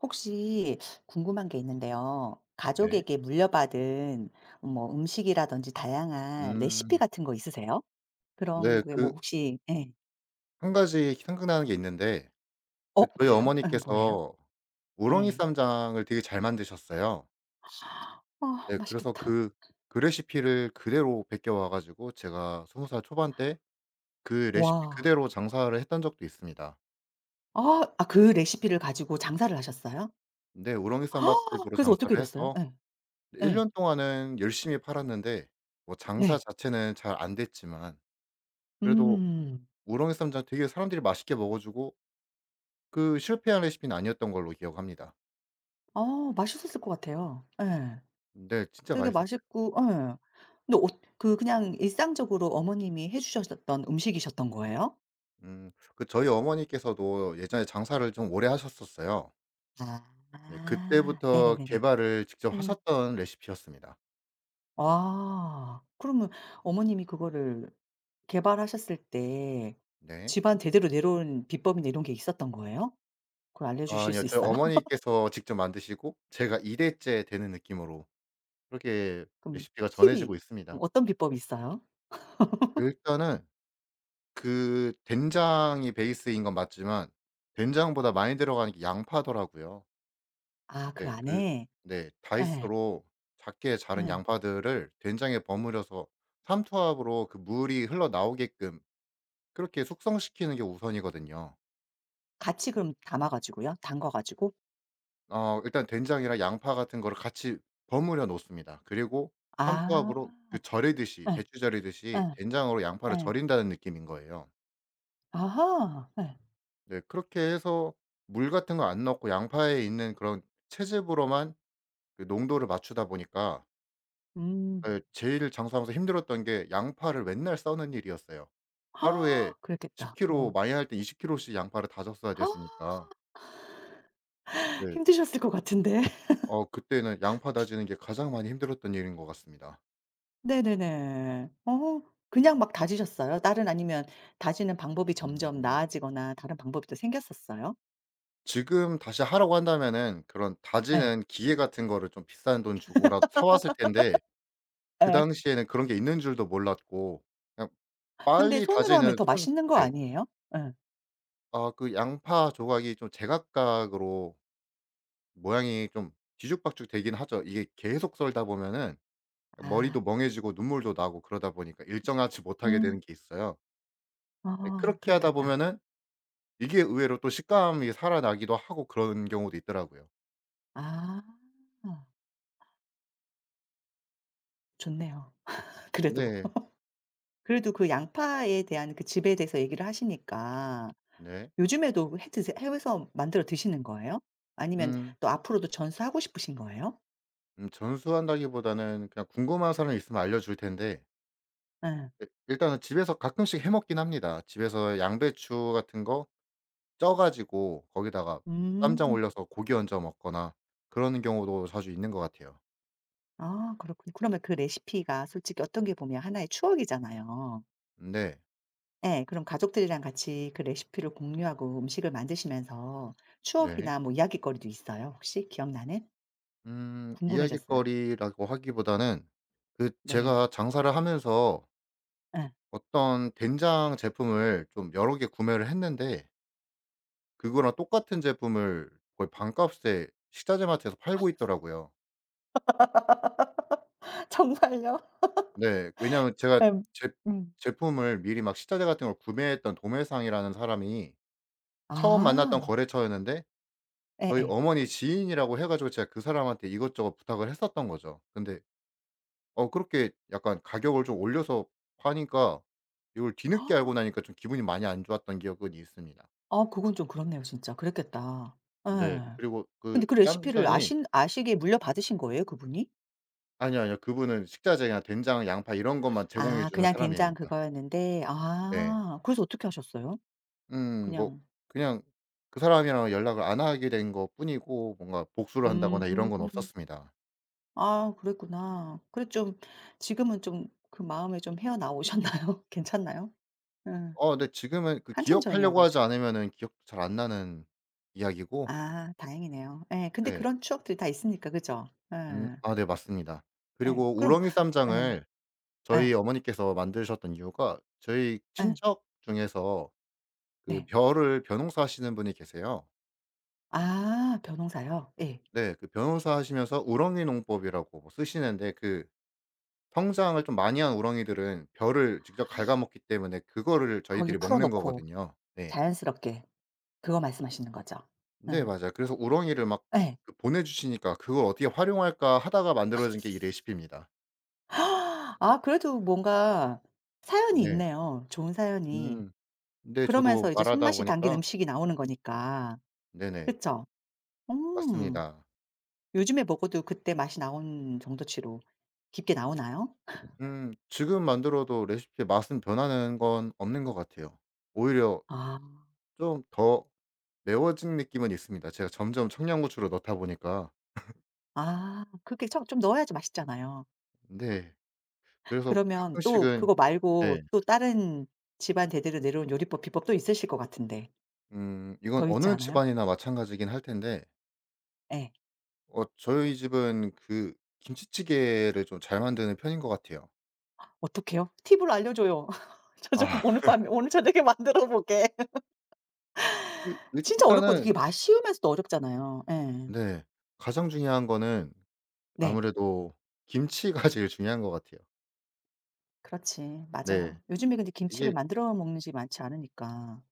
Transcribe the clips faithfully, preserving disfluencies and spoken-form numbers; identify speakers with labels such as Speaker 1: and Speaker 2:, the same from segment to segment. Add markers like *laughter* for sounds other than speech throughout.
Speaker 1: 혹시 궁금한 게 있는데요.
Speaker 2: 네.
Speaker 1: 가족에게 물려받은 뭐 음식이라든지 다양한 레시피
Speaker 2: 음.
Speaker 1: 같은 거 있으세요? 그런
Speaker 2: 네.
Speaker 1: 게 뭐
Speaker 2: 그
Speaker 1: 혹시 예.
Speaker 2: 한 가지 생각나는 게 있는데
Speaker 1: 어
Speaker 2: 그 저희
Speaker 1: 그래요? 예 뭐예요?
Speaker 2: 어머니께서 우렁이
Speaker 1: 예.
Speaker 2: 쌈장을 되게 잘 만드셨어요.
Speaker 1: 아
Speaker 2: 네. 그래서
Speaker 1: 맛있겠다.
Speaker 2: 그 그 레시피를 그대로 베껴 와 가지고 제가 스무 살 초반 때 그 레시피
Speaker 1: 와.
Speaker 2: 그대로 장사를 했던 적도 있습니다.
Speaker 1: 아. 아 그 레시피를 가지고 장사를 하셨어요?
Speaker 2: 근데 우렁이
Speaker 1: 아
Speaker 2: 쌈밥집으로
Speaker 1: 그래서
Speaker 2: 장사를
Speaker 1: 어떻게 됐어요?
Speaker 2: 해서
Speaker 1: 예.
Speaker 2: 1
Speaker 1: 예.
Speaker 2: 년 동안은 열심히 팔았는데 뭐 장사
Speaker 1: 네.
Speaker 2: 자체는 잘 안 됐지만 그래도
Speaker 1: 음.
Speaker 2: 우렁이 쌈장 되게 사람들이 맛있게 먹어 주고 그 실패한 레시피는 아니었던 걸로 기억합니다.
Speaker 1: 아 맛있었을 것 같아요. 예.
Speaker 2: 네. 진짜
Speaker 1: 되게
Speaker 2: 맛있었어요.
Speaker 1: 맛있고 예. 근데 어 그 그냥 일상적으로 어머님이 해 주셨었던 음식이셨던 거예요?
Speaker 2: 음. 그 저희 어머니께서도 예전에 장사를 좀 오래 하셨었어요. 네.
Speaker 1: 아.
Speaker 2: 그때부터
Speaker 1: 네네네네.
Speaker 2: 개발을 직접
Speaker 1: 음.
Speaker 2: 하셨던 레시피였습니다.
Speaker 1: 아. 그러면 어머님이 그거를 개발하셨을 때
Speaker 2: 네.
Speaker 1: 집안 대대로 내려온 비법이나 이런 게 있었던 거예요? 그걸
Speaker 2: 아
Speaker 1: 알려주실
Speaker 2: 니요
Speaker 1: 수
Speaker 2: 저희
Speaker 1: 있어요? *laughs*
Speaker 2: 어머니께서 직접 만드시고 제가 이 대째 되는 느낌으로 그렇게
Speaker 1: 그럼
Speaker 2: 레시피가
Speaker 1: 팁이
Speaker 2: 전해지고
Speaker 1: 뭐
Speaker 2: 있습니다.
Speaker 1: 어떤 비법이 있어요?
Speaker 2: 일단은 그 된장이 베이스인 건 맞지만 된장보다 많이 들어가는 게 양파더라고요.
Speaker 1: 아 그
Speaker 2: 네. 그
Speaker 1: 안에?
Speaker 2: 네.
Speaker 1: 예.
Speaker 2: 다이스로 작게 자른
Speaker 1: 예.
Speaker 2: 양파들을 된장에 버무려서 삼투압으로 그 물이 흘러나오게끔 그렇게 숙성시키는 게 우선이거든요.
Speaker 1: 같이 그럼 담아 가지고요? 담가 가지고?
Speaker 2: 어 일단 된장이랑 양파 같은 거를 같이 버무려 놓습니다. 그리고
Speaker 1: 아.
Speaker 2: 삼투압으로 그 절이듯이
Speaker 1: 예.
Speaker 2: 배추 절이듯이
Speaker 1: 예.
Speaker 2: 된장으로 양파를
Speaker 1: 예.
Speaker 2: 절인다는 느낌인 거예요.
Speaker 1: 아하. 예.
Speaker 2: 네. 그렇게 해서 물 같은 거 안 넣고 양파에 있는 그런 채즙으로만 그 농도를 맞추다 보니까,
Speaker 1: 음.
Speaker 2: 예. 제일 장사하면서 힘들었던 게 양파를 맨날 써는 일이었어요.
Speaker 1: *gasps*
Speaker 2: 하루에
Speaker 1: 아,
Speaker 2: 십
Speaker 1: 그랬겠다.
Speaker 2: 킬로,
Speaker 1: 어.
Speaker 2: 많이 할 때 이십 킬로씩 양파를 다졌어야
Speaker 1: *gasps*
Speaker 2: 됐으니까.
Speaker 1: *laughs*
Speaker 2: 네.
Speaker 1: 힘드셨을 것 같은데.
Speaker 2: 어 그때는 양파 다지는 게 가장 많이 힘들었던 일인 것 같습니다.
Speaker 1: 네네네. 어 그냥 막 다지셨어요? 다른 아니면 다지는 방법이 점점
Speaker 2: 음.
Speaker 1: 나아지거나 다른 방법이 또 생겼었어요?
Speaker 2: 지금 다시 하라고 한다면은 그런
Speaker 1: 예.
Speaker 2: 다지는 기계 같은 거를 좀 비싼 돈 주고라도 사 왔을 텐데 그
Speaker 1: 예.
Speaker 2: 당시에는 그런 게 있는 줄도 몰랐고 그냥
Speaker 1: 근데
Speaker 2: 빨리
Speaker 1: 손으로 하면
Speaker 2: 다지는
Speaker 1: 더
Speaker 2: 손.
Speaker 1: 맛있는 거
Speaker 2: 네.
Speaker 1: 아니에요? 예.
Speaker 2: 아 그 양파 조각이 좀 제각각으로 모양이 좀 뒤죽박죽 되긴 하죠. 이게 계속 썰다 보면은
Speaker 1: 아.
Speaker 2: 머리도 멍해지고 눈물도 나고 그러다 보니까 일정하지 못하게
Speaker 1: 음.
Speaker 2: 되는 게 있어요. 네,
Speaker 1: 아
Speaker 2: 그렇게 하다
Speaker 1: 그렇겠다.
Speaker 2: 보면은 이게 의외로 또 식감이 살아나기도 하고 그런 경우도 있더라고요.
Speaker 1: 아. 좋네요. *laughs* 그래도.
Speaker 2: 네.
Speaker 1: 그래도 그 양파에 대한 그 집에 대해서 얘기를 하시니까
Speaker 2: 네.
Speaker 1: 요즘에도 해 드세 해서 만들어 드시는 거예요? 아니면
Speaker 2: 음.
Speaker 1: 또 앞으로도 전수하고 싶으신 거예요?
Speaker 2: 음 전수한다기보다는 그냥 궁금한 사람이 있으면 알려 줄 텐데
Speaker 1: 예.
Speaker 2: 일- 일단은 집에서 가끔씩 해 먹긴 합니다. 집에서 양배추 같은 거 쪄 가지고 거기다가 쌈장
Speaker 1: 음.
Speaker 2: 올려서 고기 얹어 먹거나 그러는 경우도 자주 있는 것 같아요.
Speaker 1: 아 그렇군요. 그러면 그 레시피가 솔직히 어떤 게 보면 하나의 추억이잖아요.
Speaker 2: 네.
Speaker 1: 예. 그럼 가족들이랑 같이 그 레시피를 공유하고 음식을 만드시면서
Speaker 2: 네.
Speaker 1: 추억이나 뭐 이야깃거리도 있어요 혹시 기억나는?
Speaker 2: 음
Speaker 1: 궁금해졌어요.
Speaker 2: 이야깃거리라고 하기보다는 그
Speaker 1: 네.
Speaker 2: 제가 장사를 하면서
Speaker 1: 예.
Speaker 2: 어떤 된장 제품을 좀 여러 개 구매를 했는데 그거랑 똑같은 제품을 거의 반값에 식자재마트에서 팔고 있더라고요.
Speaker 1: *laughs* 정말요?
Speaker 2: 네. 왜냐하면 제가
Speaker 1: 음.
Speaker 2: 제
Speaker 1: 음.
Speaker 2: 제품을 미리 막 식자재 같은 걸 구매했던 도매상이라는 사람이 처음 만났던
Speaker 1: 아.
Speaker 2: 거래처였는데 저희
Speaker 1: 예예.
Speaker 2: 어머니 지인이라고 해 가지고 제가 그 사람한테 이것저것 부탁을 했었던 거죠. 근데 어 그렇게 약간 가격을 좀 올려서 파니까 이걸 뒤늦게 알고
Speaker 1: *gasps*
Speaker 2: 나니까 좀 기분이 많이 안 좋았던 기억은 있습니다.
Speaker 1: 아 그건 좀 그렇네요 진짜. 그랬겠다. 예.
Speaker 2: 네. 그리고
Speaker 1: 근데
Speaker 2: 그
Speaker 1: 그 레시피를
Speaker 2: 쌈장이
Speaker 1: 아신 아시게 물려받으신 거예요 그분이?
Speaker 2: 아니요, 아니요. 그분은 식자재나 된장, 양파 이런 것만 제공해
Speaker 1: 아
Speaker 2: 주는
Speaker 1: 그냥 된장
Speaker 2: 사람입니다.
Speaker 1: 그거였는데
Speaker 2: 네.
Speaker 1: 아 그래서 어떻게 하셨어요?
Speaker 2: 음 뭐
Speaker 1: 그냥
Speaker 2: 그냥 그 사람이랑 연락을 안 하게 된 것뿐이고 뭔가 복수를 한다거나
Speaker 1: 음.
Speaker 2: 이런 건 없었습니다.
Speaker 1: 아 그랬구나. 그래 좀 지금은 좀 그 마음에 좀 헤어나오셨나요? *laughs* 괜찮나요? 응
Speaker 2: 어 근데 지금은 그
Speaker 1: 한참 전이어
Speaker 2: 기억하려고 하지
Speaker 1: 가지고.
Speaker 2: 않으면은 기억도 잘 안 나는 이야기고.
Speaker 1: 아 다행이네요. 예. 근데
Speaker 2: 네.
Speaker 1: 그런 추억들이 다 있으니까 그죠?
Speaker 2: 음
Speaker 1: 예.
Speaker 2: 아 네 맞습니다.
Speaker 1: 예.
Speaker 2: 그리고
Speaker 1: 그럼
Speaker 2: 우렁이
Speaker 1: 예.
Speaker 2: 쌈장을
Speaker 1: 예.
Speaker 2: 저희 어머니께서 만드셨던 이유가 저희
Speaker 1: 예.
Speaker 2: 친척 중에서 그
Speaker 1: 네.
Speaker 2: 벼를 벼농사 하시는 분이 계세요.
Speaker 1: 아 벼농사요? 예.
Speaker 2: 네. 그 벼농사 하시면서 우렁이 농법이라고 뭐 쓰시는데 그 성장을 좀 많이 한 우렁이들은 벼를 직접 갉아 먹기 때문에 그거를
Speaker 1: 거기
Speaker 2: 저희들이
Speaker 1: 풀어
Speaker 2: 먹는
Speaker 1: 놓고
Speaker 2: 거거든요. 네.
Speaker 1: 자연스럽게 그거 말씀하시는 거죠?
Speaker 2: 네
Speaker 1: 예.
Speaker 2: 맞아요. 그래서 우렁이를 막
Speaker 1: 예.
Speaker 2: 그 보내 주시니까 '그걸 어떻게 활용할까.' 하다가 만들어진 게 이 레시피입니다.
Speaker 1: *gasps* 아 그래도 뭔가 사연이
Speaker 2: 네.
Speaker 1: 있네요. 좋은 사연이.
Speaker 2: 음. 근데
Speaker 1: 그러면서
Speaker 2: 저도
Speaker 1: 이제
Speaker 2: 말하다
Speaker 1: 손맛이 담긴
Speaker 2: 보니까.
Speaker 1: 음식이 나오는 거니까.
Speaker 2: 네네.
Speaker 1: 그쵸? 음.
Speaker 2: 맞습니다.
Speaker 1: 요즘에 먹어도 그때 맛이 나온 정도치로 깊게 나오나요?
Speaker 2: 음 지금 만들어도 레시피의 맛은 변하는 건 없는 것 같아요. 오히려
Speaker 1: 아.
Speaker 2: 좀 더 매워진 느낌은 있습니다 제가 점점 청양고추를 넣다 보니까.
Speaker 1: 아 그렇게 청 좀 넣어야지 맛있잖아요.
Speaker 2: 네. 그래서
Speaker 1: 그러면 또
Speaker 2: 가끔씩은.
Speaker 1: 그거 말고
Speaker 2: 네
Speaker 1: 또 다른 집안 대대로 내려온 요리법 비법 도 있으실 것 같은데
Speaker 2: 음 이건
Speaker 1: 더 있지
Speaker 2: 어느
Speaker 1: 않아요?
Speaker 2: 집안이나 마찬가지긴 할 텐데
Speaker 1: 예.
Speaker 2: 어 저희 집은 그 김치찌개를 좀 잘 만드는 편인 것 같아요.
Speaker 1: 어떡해요? 팁을 알려줘요. *laughs* 저 좀
Speaker 2: 아
Speaker 1: 오늘
Speaker 2: *laughs*
Speaker 1: 밤에 오늘 저녁에 만들어 보게. *laughs*
Speaker 2: 그
Speaker 1: 진짜 어렵거든요. 그게
Speaker 2: 일단은
Speaker 1: 맛 쉬우면서도 어렵잖아요. 예.
Speaker 2: 네 가장 중요한 거는
Speaker 1: 네.
Speaker 2: 아무래도 김치가 *laughs* 제일 중요한 것 같아요.
Speaker 1: 그렇지.
Speaker 2: 네.
Speaker 1: 맞아요. 요즘에 근데 김치를
Speaker 2: 이게
Speaker 1: 만들어 먹는 집이 많지 않으니까.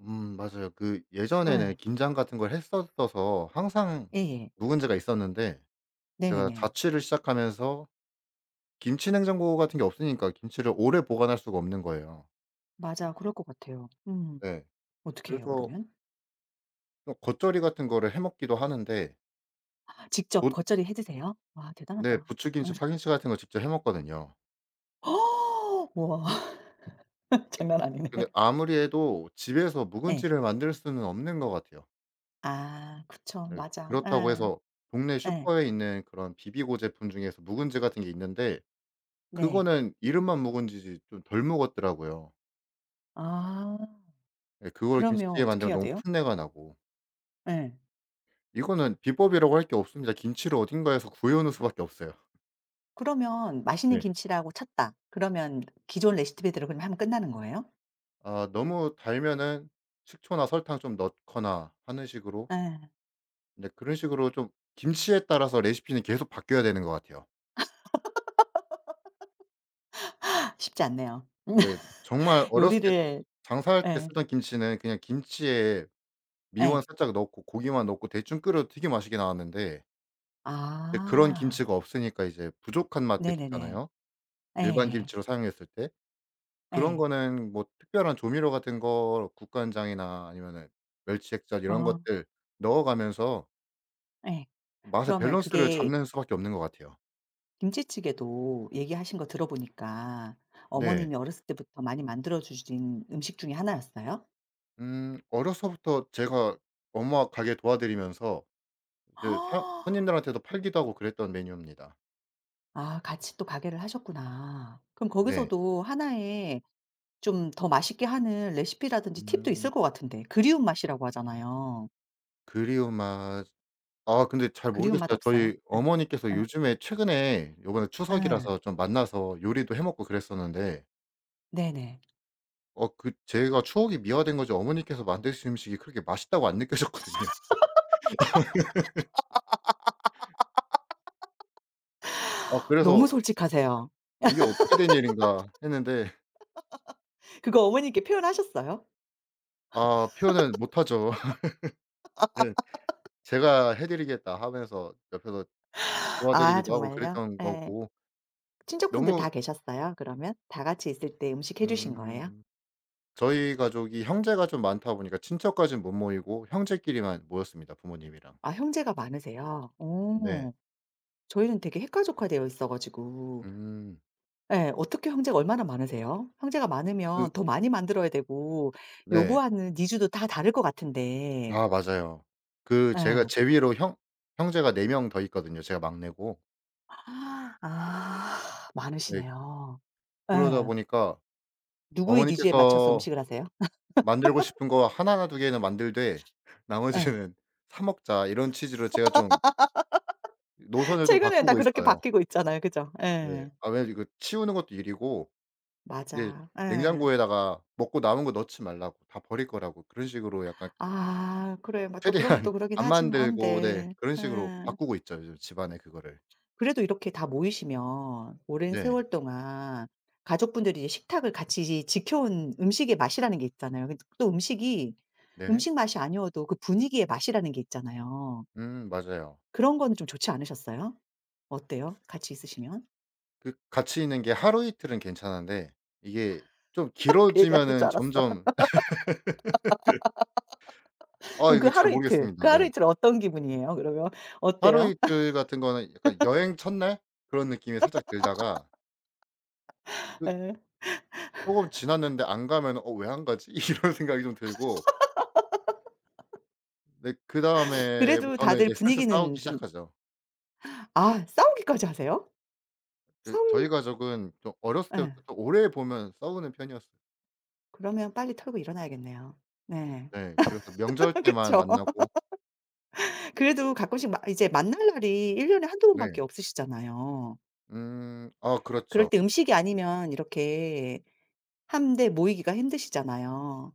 Speaker 2: 음 맞아요. 그 예전에는
Speaker 1: 예.
Speaker 2: 긴장 같은 걸 했었어서 항상
Speaker 1: 예예.
Speaker 2: 묵은지가 있었는데 제가
Speaker 1: 네네네.
Speaker 2: 자취를 시작하면서 김치 냉장고 같은 게 없으니까 김치를 오래 보관할 수가 없는 거예요.
Speaker 1: 맞아. 그럴 것 같아요. 음.
Speaker 2: 네.
Speaker 1: 어떻게 해요
Speaker 2: 그래서
Speaker 1: 그러면?
Speaker 2: 좀 겉절이 같은 거를 해 먹기도 하는데
Speaker 1: 직접
Speaker 2: 부
Speaker 1: 겉절이 해 드세요? 와
Speaker 2: 네
Speaker 1: 대단하다. 예.
Speaker 2: 부추김치, 파김치 같은 거 직접 해 먹거든요.
Speaker 1: 우와. *laughs* 장난 아니네.
Speaker 2: 근데 아무리 해도 집에서
Speaker 1: 예.
Speaker 2: 묵은지를 만들 수는 없는 것 같아요.
Speaker 1: 아 그쵸.
Speaker 2: 네.
Speaker 1: 맞아.
Speaker 2: 그렇다고
Speaker 1: 예.
Speaker 2: 해서 동네
Speaker 1: 예.
Speaker 2: 슈퍼에 있는 그런 비비고 제품 중에서 묵은지 같은 게 있는데
Speaker 1: 네.
Speaker 2: 그거는 이름만 묵은지지 좀 덜 묵었더라고요.
Speaker 1: 아
Speaker 2: 예, 그걸
Speaker 1: 그러면
Speaker 2: 김치찌개
Speaker 1: 어떻게
Speaker 2: 만들면
Speaker 1: 해야
Speaker 2: 너무
Speaker 1: 돼요?
Speaker 2: 풋내가 나고.
Speaker 1: 예.
Speaker 2: 이거는 비법이라고 할 게 없습니다. 김치를 어딘가에서 구해 오는 수밖에 없어요.
Speaker 1: 그러면 맛있는
Speaker 2: 네.
Speaker 1: 김치라고 찾다. 그러면 기존 레시피대로 그럼 하면 끝나는 거예요?
Speaker 2: 아 너무 달면은 식초나 설탕 좀 넣거나 하는 식으로
Speaker 1: 예.
Speaker 2: 네 그런 식으로 좀 김치에 따라서 레시피는 계속 바뀌어야 되는 것 같아요.
Speaker 1: 쉽지 않네요.
Speaker 2: 근데 정말
Speaker 1: *laughs*
Speaker 2: 어렸을 때
Speaker 1: 요리를
Speaker 2: 장사할 때
Speaker 1: 예.
Speaker 2: 쓰던 김치는 그냥 김치에
Speaker 1: 예.
Speaker 2: 미원 살짝 넣고 고기만 넣고 대충 끓여도 되게 맛있게 나왔는데 이제 그런
Speaker 1: 아.
Speaker 2: 김치가 없으니까 이제 부족한 맛들
Speaker 1: 네네네.
Speaker 2: 있잖아요. 일반
Speaker 1: 예.
Speaker 2: 김치로 사용했을 때 그런
Speaker 1: 예.
Speaker 2: 거는 뭐 특별한 조미료 같은 거 국간장이나 아니면은 멸치액젓 이런
Speaker 1: 어
Speaker 2: 것들 넣어가면서
Speaker 1: 예.
Speaker 2: 맛의
Speaker 1: 그러면
Speaker 2: 밸런스를
Speaker 1: 그게
Speaker 2: 잡는 수밖에 없는 것 같아요.
Speaker 1: 김치찌개도 얘기하신 거 들어보니까
Speaker 2: 네.
Speaker 1: 어머님이 어렸을 때부터 많이 만들어 주신 음식 중에 하나였어요?
Speaker 2: 음 어려서부터 제가 엄마 가게 도와드리면서 이제 사
Speaker 1: *gasps*
Speaker 2: 손님들한테도 팔기도 하고 그랬던 메뉴입니다.
Speaker 1: 아 같이 또 가게를 하셨구나. 그럼
Speaker 2: 네.
Speaker 1: 거기서도 하나의 좀 더 맛있게 하는 레시피라든지 팁도
Speaker 2: 음.
Speaker 1: 있을 것 같은데. 그리운 맛이라고 하잖아요.
Speaker 2: 그리운 맛. 아 근데 잘
Speaker 1: 그리운 맛
Speaker 2: 모르겠어요.
Speaker 1: 없어요?
Speaker 2: 저희
Speaker 1: 예.
Speaker 2: 어머니께서
Speaker 1: 예.
Speaker 2: 요즘에 최근에 요번에
Speaker 1: 예.
Speaker 2: 추석이라서 좀 만나서 요리도 해 먹고 그랬었는데
Speaker 1: 네네.
Speaker 2: 어 그 제가 추억이 미화된 거지 어머니께서 만드신 음식이 그렇게 맛있다고 안 느껴졌거든요. *laughs* 아
Speaker 1: 너무
Speaker 2: 그래서
Speaker 1: 솔직하세요.
Speaker 2: '이게 어떻게 된 일인가.' 했는데.
Speaker 1: 그거 어머님께 표현하셨어요?
Speaker 2: 아 표현은 못 하죠. *laughs* 예. 제가 "해 드리겠다." 하면서 옆에서
Speaker 1: 아
Speaker 2: 도와드리기도 하고
Speaker 1: 정말요?
Speaker 2: 그랬던
Speaker 1: 예.
Speaker 2: 거고.
Speaker 1: 친척분들 다
Speaker 2: 너무
Speaker 1: 계셨어요 그러면? 다 같이 있을 때 음식 해 주신 거예요?
Speaker 2: 음 저희 가족이 형제가 좀 많다 보니까 친척까지는 못 모이고 형제끼리만 모였습니다, 부모님이랑.
Speaker 1: 아 형제가 많으세요?
Speaker 2: 네.
Speaker 1: 어. 저희는 되게 핵가족화 되어 있어 가지고
Speaker 2: 음
Speaker 1: 예. 어떻게 형제가 얼마나 많으세요? 형제가 많으면
Speaker 2: 그
Speaker 1: 더 많이 만들어야 되고
Speaker 2: 네.
Speaker 1: 요구하는 니즈도 다 다를 것 같은데.
Speaker 2: 아 맞아요. 그 제가
Speaker 1: 예.
Speaker 2: 제 위로 형 형제가 네 명 더 있거든요, 제가 막내고.
Speaker 1: 아
Speaker 2: 네.
Speaker 1: 많으시네요.
Speaker 2: 그러다
Speaker 1: 예.
Speaker 2: 보니까
Speaker 1: 누구의 니즈에 맞춰서
Speaker 2: 어머니께서
Speaker 1: 음식을 하세요?
Speaker 2: 만들고 싶은 거 하나나 두 개는 만들되
Speaker 1: 예.
Speaker 2: 나머지는 *laughs* "사 먹자." 이런 취지로 제가 좀 노선을 좀
Speaker 1: 최근에는 다
Speaker 2: 바꾸고
Speaker 1: 그렇게
Speaker 2: 있어요.
Speaker 1: 바뀌고 있잖아요. 그죠?
Speaker 2: 네.
Speaker 1: 예.
Speaker 2: 아 왜 이거 치우는 것도 일이고 이제
Speaker 1: 맞아. 예.
Speaker 2: 냉장고에다가 먹고 남은 거 넣지 말라고 다 버릴 거라고 그런 식으로 약간
Speaker 1: 아 그래. 막
Speaker 2: 최대한
Speaker 1: 또 그러면 또
Speaker 2: *laughs*
Speaker 1: 그러긴
Speaker 2: 안
Speaker 1: 하지만
Speaker 2: 만들고 네
Speaker 1: 한데
Speaker 2: 그런 식으로
Speaker 1: 예.
Speaker 2: 바꾸고 있죠 요즘 집안에 그거를.
Speaker 1: 그래도 이렇게 다 모이시면 오랜
Speaker 2: 네.
Speaker 1: 세월 동안 가족분들이 이제 식탁을 같이 지켜온 음식의 맛이라는 게 있잖아요. 근데 또 음식이
Speaker 2: 네.
Speaker 1: 음식 맛이 아니어도 그 분위기의 맛이라는 게 있잖아요.
Speaker 2: 음 맞아요.
Speaker 1: 그런 거는 좀 좋지 않으셨어요? 어때요? 같이 있으시면?
Speaker 2: 그 같이 있는 게 하루 이틀은 괜찮은데 이게 좀
Speaker 1: *laughs* 그 얘기하실 줄
Speaker 2: 길어지면은
Speaker 1: 알았어.
Speaker 2: 점점. 아
Speaker 1: 그럼 그
Speaker 2: 이거 잘
Speaker 1: 하루 이틀, 그
Speaker 2: 모르겠습니다.
Speaker 1: 하루
Speaker 2: 네.
Speaker 1: 이틀 어떤 기분이에요 그러면?
Speaker 2: 하루
Speaker 1: 어때요?
Speaker 2: 이틀 같은 거는 약간 여행 첫날 그런 느낌이 살짝 들다가
Speaker 1: *laughs*
Speaker 2: 그
Speaker 1: 예.
Speaker 2: 쪼금 지났는데 안 가면은 '어 왜 안 가지?' *laughs* 이런 생각이 좀 들고 네
Speaker 1: 그래도
Speaker 2: 그다음에부터는
Speaker 1: 다들
Speaker 2: 이제 슬슬 싸우기
Speaker 1: 분위기는 좀
Speaker 2: 시작하죠.
Speaker 1: 아 싸우기까지 하세요?
Speaker 2: 그
Speaker 1: 싸울
Speaker 2: 저희 가족은 좀 어렸을
Speaker 1: 예.
Speaker 2: 때부터 좀 오래 보면 싸우는 편이었어요.
Speaker 1: 그러면 빨리 털고 일어나야겠네요. 네.
Speaker 2: 네. 그래서 명절
Speaker 1: *laughs*
Speaker 2: 때만
Speaker 1: 그쵸.
Speaker 2: 만나고.
Speaker 1: 그래도 가끔씩 마 이제 만날 날이 일 년에 한두 번밖에
Speaker 2: 네.
Speaker 1: 없으시잖아요.
Speaker 2: 음. 아
Speaker 1: 그럴
Speaker 2: 그렇죠.
Speaker 1: 때 음식이 아니면 이렇게 한데 모이기가 힘드시잖아요.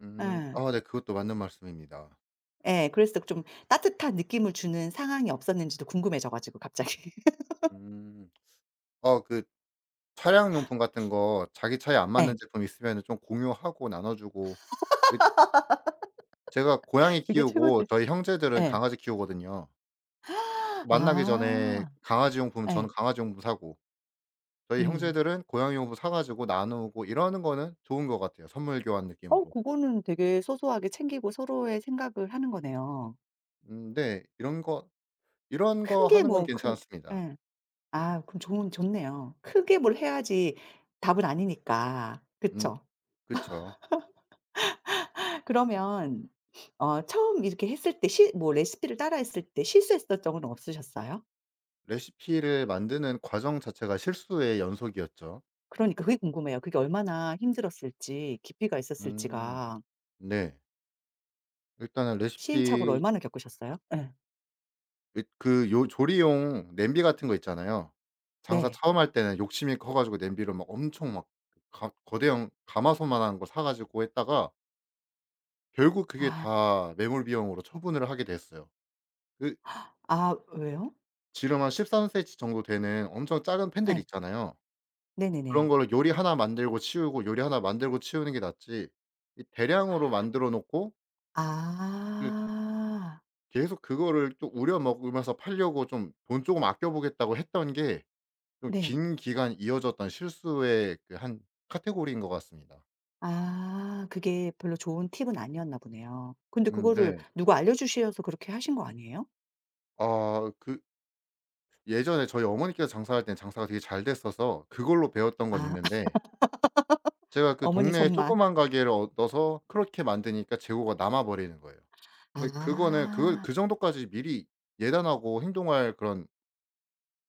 Speaker 2: 음.
Speaker 1: 예.
Speaker 2: 아 네 그것도 맞는 말씀입니다.
Speaker 1: 예. 그래서 좀 따뜻한 느낌을 주는 상황이 없었는지도 궁금해져 가지고 갑자기. *laughs*
Speaker 2: 음. 아그 차량용품 같은 거 자기 차에 안
Speaker 1: 예.
Speaker 2: 맞는 제품 있으면은 좀 공유하고 나눠 주고 그 제가 고양이
Speaker 1: 그게
Speaker 2: 키우고
Speaker 1: 최고지.
Speaker 2: 저희 형제들은
Speaker 1: 예.
Speaker 2: 강아지 키우거든요.
Speaker 1: *gasps*
Speaker 2: 만나기 전에
Speaker 1: 아.
Speaker 2: 강아지 용품
Speaker 1: 예.
Speaker 2: 저는 강아지 용품 사고 저희
Speaker 1: 음.
Speaker 2: 형제들은 고양이 용품 사 가지고 나누고 이러는 거는 좋은 것 같아요, 선물 교환
Speaker 1: 어
Speaker 2: 느낌으로.
Speaker 1: 그거는 되게 소소하게 챙기고 서로의 생각을 하는 거네요.
Speaker 2: 음 네. 이런 거 이런
Speaker 1: 큰
Speaker 2: 거
Speaker 1: 게
Speaker 2: 하는 건
Speaker 1: 뭐 큰
Speaker 2: 괜찮습니다.
Speaker 1: 예.
Speaker 2: 예
Speaker 1: 아 그럼 좋은 좋네요. 크게 뭘 해야지 답은 아니니까.
Speaker 2: 음
Speaker 1: 그쵸?
Speaker 2: 그쵸.
Speaker 1: 그러면 어 처음 이렇게 했을 때 실 뭐 레시피를 따라 했을 때 실수했던 적은 없으셨어요?
Speaker 2: 레시피를 만드는 과정 자체가 실수의 연속이었죠.
Speaker 1: 그러니까 그게 궁금해요. 그게 얼마나 힘들었을지 깊이가
Speaker 2: 음
Speaker 1: 있었을지가
Speaker 2: 네. 일단은
Speaker 1: 시행착오를
Speaker 2: 레시피,
Speaker 1: 얼마나 겪으셨어요? 예.
Speaker 2: 이 그 요 조리용 냄비 같은 거 있잖아요. 장사
Speaker 1: 네.
Speaker 2: 처음 할 때는 욕심이 커 가지고 냄비를 막 엄청 막 가 거대형 가마솥만한 거 사 가지고 했다가 결국 그게
Speaker 1: 아.
Speaker 2: 다 매몰 비용으로 처분을 하게 됐어요. 그
Speaker 1: 아 왜요?
Speaker 2: 지름 한 십삼 센치 정도 되는 엄청 작은 팬들
Speaker 1: 예.
Speaker 2: 있잖아요. 그런
Speaker 1: 네네네.
Speaker 2: 걸로 요리 하나 만들고 치우고 요리 하나 만들고 치우는 게 낫지 이 대량으로 만들어 놓고 그
Speaker 1: 아.
Speaker 2: 계속 그거를 또 우려 먹으면서 팔려고 좀 '돈 조금 아껴 보겠다.'고 했던 게 좀
Speaker 1: 네.
Speaker 2: 긴 기간 이어졌던 실수의 그 한 카테고리인 것 같습니다.
Speaker 1: 아 그게 별로 좋은 팁은 아니었나 보네요. 근데
Speaker 2: 음
Speaker 1: 그거를
Speaker 2: 네.
Speaker 1: 누가 알려주셔서 그렇게 하신 거 아니에요?
Speaker 2: 아 그 예전에 저희 어머니께서 장사할 땐 장사가 되게 잘 됐어서 그걸로 배웠던 건
Speaker 1: 아 *laughs*
Speaker 2: 있는데 제가 그
Speaker 1: 어머니
Speaker 2: 동네에
Speaker 1: 손맛.
Speaker 2: 조그만 가게를 얻어서 그렇게 만드니까 재고가 남아 버리는 거예요. 근데 그거는 그걸
Speaker 1: 아
Speaker 2: 그 정도까지 미리 예단하고 행동할 그런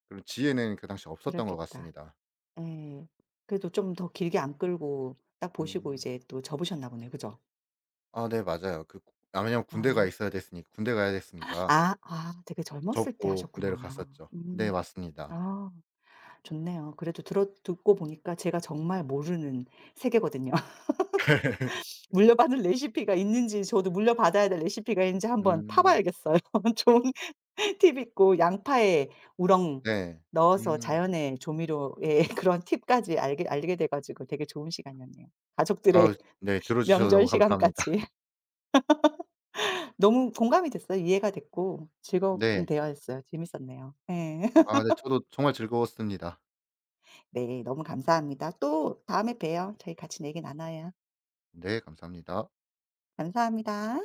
Speaker 2: 그런 지혜는 그 당시에 없었던 것
Speaker 1: 그렇겠다.
Speaker 2: 같습니다.
Speaker 1: 예. 그래도 좀 더 길게 안 끌고 딱 보시고
Speaker 2: 음.
Speaker 1: 이제 또 접으셨나 보네요. 그죠?
Speaker 2: 아 네 맞아요. 그 아 왜냐면 군대가
Speaker 1: 아.
Speaker 2: 있어야 됐으니 군대 가야 됐으니까
Speaker 1: 아 아 되게 젊었을 때
Speaker 2: 접고 군대를
Speaker 1: 하셨구나.
Speaker 2: 갔었죠. 네
Speaker 1: 음.
Speaker 2: 맞습니다.
Speaker 1: 아 좋네요. 그래도 들어 듣고 보니까 제가 정말 모르는 세계거든요. *laughs*
Speaker 2: *laughs*
Speaker 1: 물려받을 레시피가 있는지 저도 물려받아야 될 레시피가 있는지 한번
Speaker 2: 음.
Speaker 1: 파봐야겠어요. *laughs* 좋은 꿀팁 있고 양파에 우렁
Speaker 2: 네.
Speaker 1: 넣어서
Speaker 2: 음.
Speaker 1: 자연의 조미료의 *laughs* 그런 팁까지 알게 알게 돼 가지고 되게 좋은 시간이었네요.
Speaker 2: 아
Speaker 1: 가족들의
Speaker 2: 네
Speaker 1: *laughs*
Speaker 2: 들어 주셔서 너무
Speaker 1: 명절
Speaker 2: 감사합니다. *laughs*
Speaker 1: 시간까지. *laughs* 너무 공감이 됐어요. 이해가 됐고 즐거운
Speaker 2: 네.
Speaker 1: 대화였어요. 재밌었네요. 예. 네. *laughs*
Speaker 2: 아 네 저도 정말 즐거웠습니다.
Speaker 1: 네, 너무 감사합니다. 또 다음에 봬요. 저희 같이 얘기 나눠요.
Speaker 2: 네 감사합니다.
Speaker 1: 감사합니다.